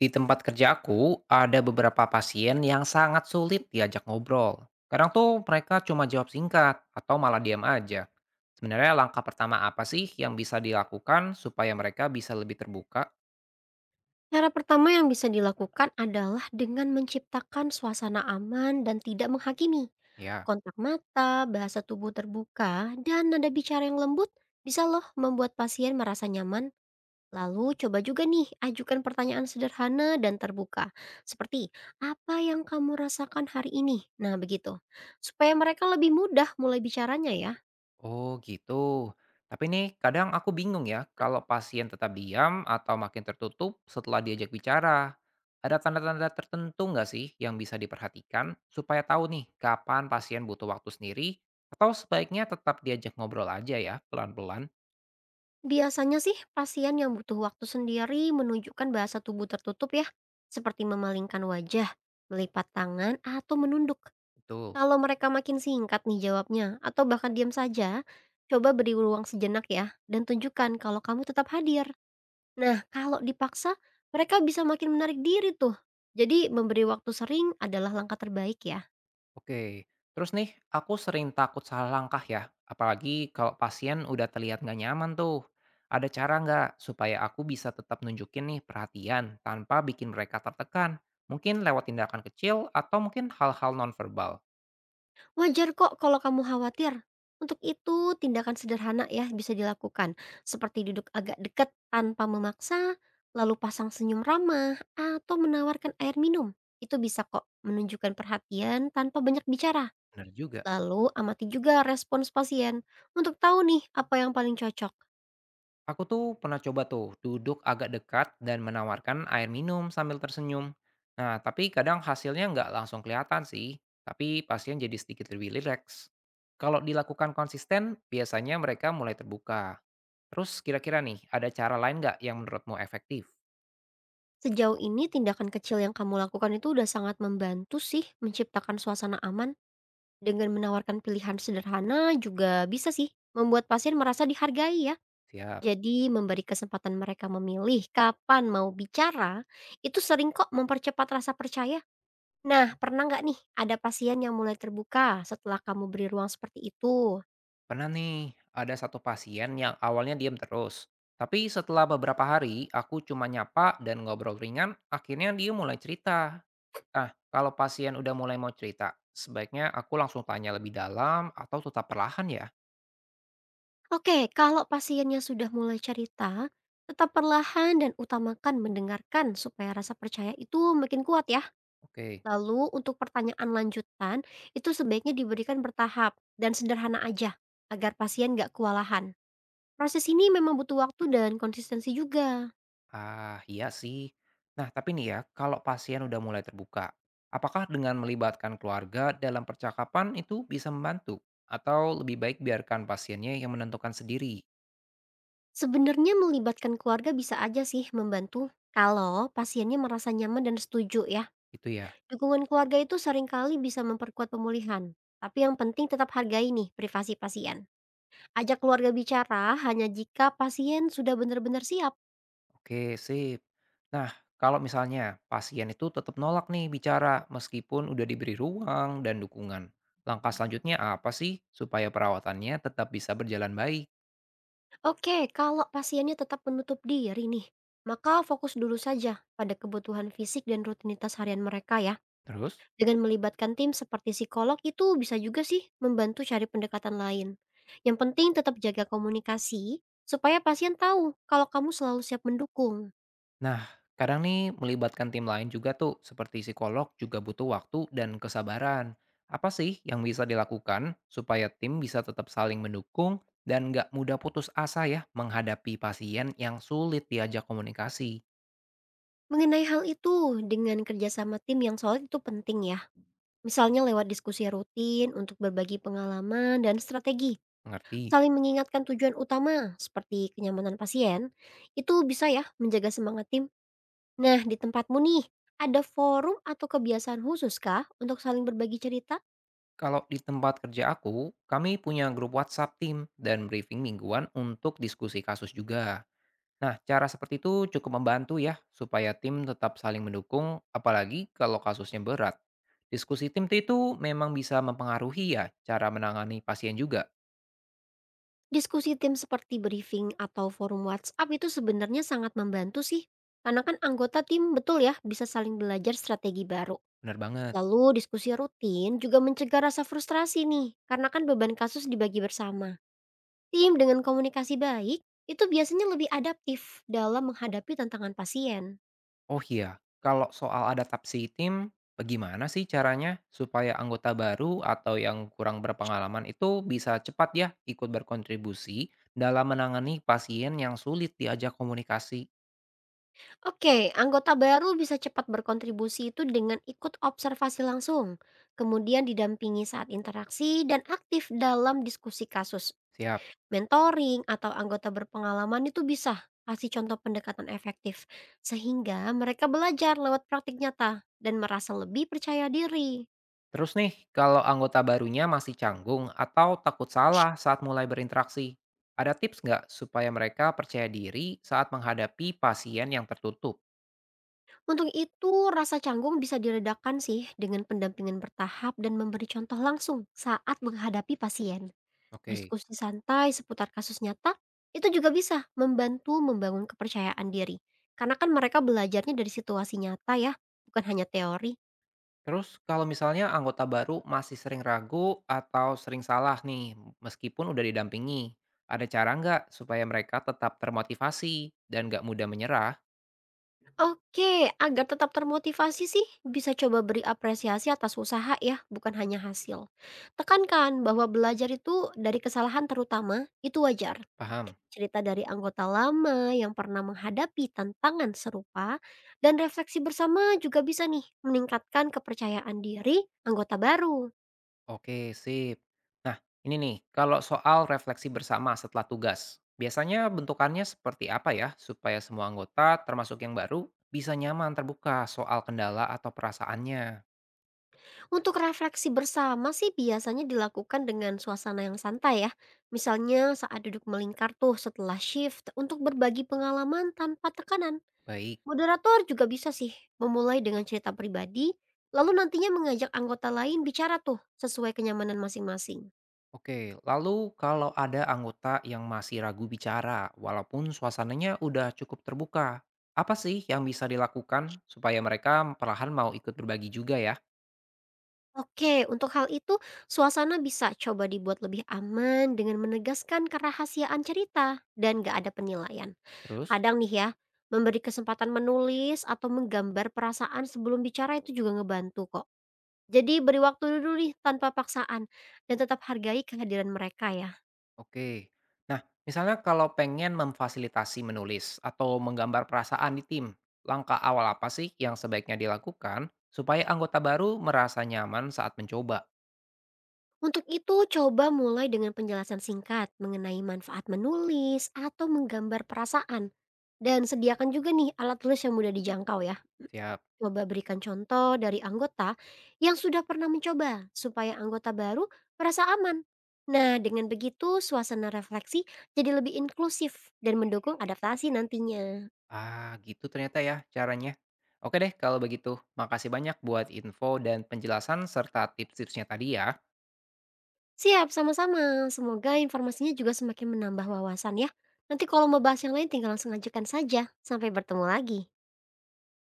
Di tempat kerjaku, ada beberapa pasien yang sangat sulit diajak ngobrol. Kadang tuh mereka cuma jawab singkat atau malah diam aja. Sebenarnya langkah pertama apa sih yang bisa dilakukan supaya mereka bisa lebih terbuka? Cara pertama yang bisa dilakukan adalah dengan menciptakan suasana aman dan tidak menghakimi. Ya. Kontak mata, bahasa tubuh terbuka, dan nada bicara yang lembut bisa loh membuat pasien merasa nyaman. Lalu coba juga nih ajukan pertanyaan sederhana dan terbuka. Seperti, apa yang kamu rasakan hari ini? Nah begitu. Supaya mereka lebih mudah mulai bicaranya ya. Oh gitu. Tapi nih kadang aku bingung ya kalau pasien tetap diam atau makin tertutup setelah diajak bicara. Ada tanda-tanda tertentu nggak sih yang bisa diperhatikan supaya tahu nih kapan pasien butuh waktu sendiri atau sebaiknya tetap diajak ngobrol aja ya pelan-pelan. Biasanya sih pasien yang butuh waktu sendiri menunjukkan bahasa tubuh tertutup ya, seperti memalingkan wajah, melipat tangan, atau menunduk. Itu. Kalau mereka makin singkat nih jawabnya, atau bahkan diam saja, coba beri ruang sejenak ya, dan tunjukkan kalau kamu tetap hadir. Nah, kalau dipaksa, mereka bisa makin menarik diri tuh. Jadi memberi waktu sering adalah langkah terbaik ya. Oke, terus nih aku sering takut salah langkah ya, apalagi kalau pasien udah terlihat nggak nyaman tuh. Ada cara nggak supaya aku bisa tetap nunjukin nih perhatian tanpa bikin mereka tertekan? Mungkin lewat tindakan kecil atau mungkin hal-hal nonverbal. Wajar kok kalau kamu khawatir. Untuk itu, tindakan sederhana ya bisa dilakukan, seperti duduk agak dekat tanpa memaksa, lalu pasang senyum ramah, atau menawarkan air minum. Itu bisa kok menunjukkan perhatian tanpa banyak bicara. Bener juga. Lalu amati juga respons pasien untuk tahu nih apa yang paling cocok. Aku tuh pernah coba tuh duduk agak dekat dan menawarkan air minum sambil tersenyum. Nah, tapi kadang hasilnya nggak langsung kelihatan sih, tapi pasien jadi sedikit lebih rileks. Kalau dilakukan konsisten, biasanya mereka mulai terbuka. Terus kira-kira nih, ada cara lain nggak yang menurutmu efektif? Sejauh ini tindakan kecil yang kamu lakukan itu udah sangat membantu sih menciptakan suasana aman. Dengan menawarkan pilihan sederhana juga bisa sih membuat pasien merasa dihargai ya. Siap. Jadi memberi kesempatan mereka memilih kapan mau bicara, itu sering kok mempercepat rasa percaya. Nah, pernah nggak nih ada pasien yang mulai terbuka setelah kamu beri ruang seperti itu? Pernah nih, ada satu pasien yang awalnya diam terus. Tapi setelah beberapa hari, aku cuma nyapa dan ngobrol ringan, akhirnya dia mulai cerita. Ah, kalau pasien udah mulai mau cerita, sebaiknya aku langsung tanya lebih dalam atau tetap perlahan ya? Oke, kalau pasiennya sudah mulai cerita, tetap perlahan dan utamakan mendengarkan supaya rasa percaya itu makin kuat ya. Oke. Lalu untuk pertanyaan lanjutan, itu sebaiknya diberikan bertahap dan sederhana aja, agar pasien nggak kewalahan. Proses ini memang butuh waktu dan konsistensi juga. Ah, iya sih. Nah, tapi nih ya, kalau pasien udah mulai terbuka, apakah dengan melibatkan keluarga dalam percakapan itu bisa membantu? Atau lebih baik biarkan pasiennya yang menentukan sendiri? Sebenarnya melibatkan keluarga bisa aja sih membantu, kalau pasiennya merasa nyaman dan setuju ya. Gitu ya. Dukungan keluarga itu seringkali bisa memperkuat pemulihan. Tapi yang penting tetap hargai nih privasi pasien. Ajak keluarga bicara hanya jika pasien sudah benar-benar siap. Oke, sip. Nah, kalau misalnya pasien itu tetap nolak nih bicara meskipun udah diberi ruang dan dukungan. Langkah selanjutnya apa sih supaya perawatannya tetap bisa berjalan baik? Oke, kalau pasiennya tetap menutup diri nih, maka fokus dulu saja pada kebutuhan fisik dan rutinitas harian mereka ya. Terus? Dengan melibatkan tim seperti psikolog itu bisa juga sih membantu cari pendekatan lain. Yang penting tetap jaga komunikasi supaya pasien tahu kalau kamu selalu siap mendukung. Nah, kadang nih melibatkan tim lain juga tuh, seperti psikolog juga butuh waktu dan kesabaran. Apa sih yang bisa dilakukan supaya tim bisa tetap saling mendukung dan nggak mudah putus asa ya menghadapi pasien yang sulit diajak komunikasi? Mengenai hal itu, dengan kerjasama tim yang solid itu penting ya. Misalnya lewat diskusi rutin untuk berbagi pengalaman dan strategi. Ngerti? Saling mengingatkan tujuan utama seperti kenyamanan pasien, itu bisa ya menjaga semangat tim. Nah, di tempatmu nih, ada forum atau kebiasaan khusus kah untuk saling berbagi cerita? Kalau di tempat kerja aku, kami punya grup WhatsApp tim dan briefing mingguan untuk diskusi kasus juga. Nah, cara seperti itu cukup membantu ya, supaya tim tetap saling mendukung, apalagi kalau kasusnya berat. Diskusi tim itu memang bisa mempengaruhi ya cara menangani pasien juga. Diskusi tim seperti briefing atau forum WhatsApp itu sebenarnya sangat membantu sih. Karena kan anggota tim betul ya bisa saling belajar strategi baru. Bener banget. Lalu diskusi rutin juga mencegah rasa frustrasi nih. Karena kan beban kasus dibagi bersama. Tim dengan komunikasi baik itu biasanya lebih adaptif dalam menghadapi tantangan pasien. Oh iya, kalau soal adaptasi tim, bagaimana sih caranya supaya anggota baru atau yang kurang berpengalaman itu bisa cepat ya ikut berkontribusi dalam menangani pasien yang sulit diajak komunikasi? Oke, anggota baru bisa cepat berkontribusi itu dengan ikut observasi langsung, kemudian didampingi saat interaksi dan aktif dalam diskusi kasus. Siap. Mentoring atau anggota berpengalaman itu bisa kasih contoh pendekatan efektif sehingga mereka belajar lewat praktik nyata dan merasa lebih percaya diri. Terus nih, kalau anggota barunya masih canggung atau takut salah saat mulai berinteraksi, ada tips nggak supaya mereka percaya diri saat menghadapi pasien yang tertutup? Untuk itu, rasa canggung bisa diredakan sih dengan pendampingan bertahap dan memberi contoh langsung saat menghadapi pasien. Oke. Diskusi santai seputar kasus nyata itu juga bisa membantu membangun kepercayaan diri. Karena kan mereka belajarnya dari situasi nyata ya, bukan hanya teori. Terus kalau misalnya anggota baru masih sering ragu atau sering salah nih, meskipun udah didampingi, ada cara nggak supaya mereka tetap termotivasi dan nggak mudah menyerah? Oke, agar tetap termotivasi sih, bisa coba beri apresiasi atas usaha ya, bukan hanya hasil. Tekankan bahwa belajar itu dari kesalahan terutama itu wajar. Paham? Cerita dari anggota lama yang pernah menghadapi tantangan serupa dan refleksi bersama juga bisa nih meningkatkan kepercayaan diri anggota baru. Oke, sip. Nah, ini nih, kalau soal refleksi bersama setelah tugas, biasanya bentukannya seperti apa ya supaya semua anggota, termasuk yang baru, bisa nyaman terbuka soal kendala atau perasaannya? Untuk refleksi bersama sih biasanya dilakukan dengan suasana yang santai ya. Misalnya saat duduk melingkar tuh setelah shift untuk berbagi pengalaman tanpa tekanan. Baik. Moderator juga bisa sih memulai dengan cerita pribadi, lalu nantinya mengajak anggota lain bicara tuh sesuai kenyamanan masing-masing. Oke, lalu kalau ada anggota yang masih ragu bicara, walaupun suasananya udah cukup terbuka, apa sih yang bisa dilakukan supaya mereka perlahan mau ikut berbagi juga ya? Oke, untuk hal itu suasana bisa coba dibuat lebih aman dengan menegaskan kerahasiaan cerita dan gak ada penilaian. Terus, Kadang nih ya, memberi kesempatan menulis atau menggambar perasaan sebelum bicara itu juga ngebantu kok. Jadi beri waktu dulu nih tanpa paksaan dan tetap hargai kehadiran mereka ya. oke, nah misalnya kalau pengen memfasilitasi menulis atau menggambar perasaan di tim, langkah awal apa sih yang sebaiknya dilakukan supaya anggota baru merasa nyaman saat mencoba? Untuk itu coba mulai dengan penjelasan singkat mengenai manfaat menulis atau menggambar perasaan. Dan sediakan juga nih alat tulis yang mudah dijangkau ya. Siap. Coba berikan contoh dari anggota yang sudah pernah mencoba, supaya anggota baru merasa aman. Nah, dengan begitu suasana refleksi jadi lebih inklusif dan mendukung adaptasi nantinya. Ah, gitu ternyata ya caranya. Oke deh, kalau begitu, makasih banyak buat info dan penjelasan serta tips-tipsnya tadi ya. Siap, sama-sama. Semoga informasinya juga semakin menambah wawasan ya. Nanti kalau mau bahas yang lain tinggal langsung ajukan saja. Sampai bertemu lagi.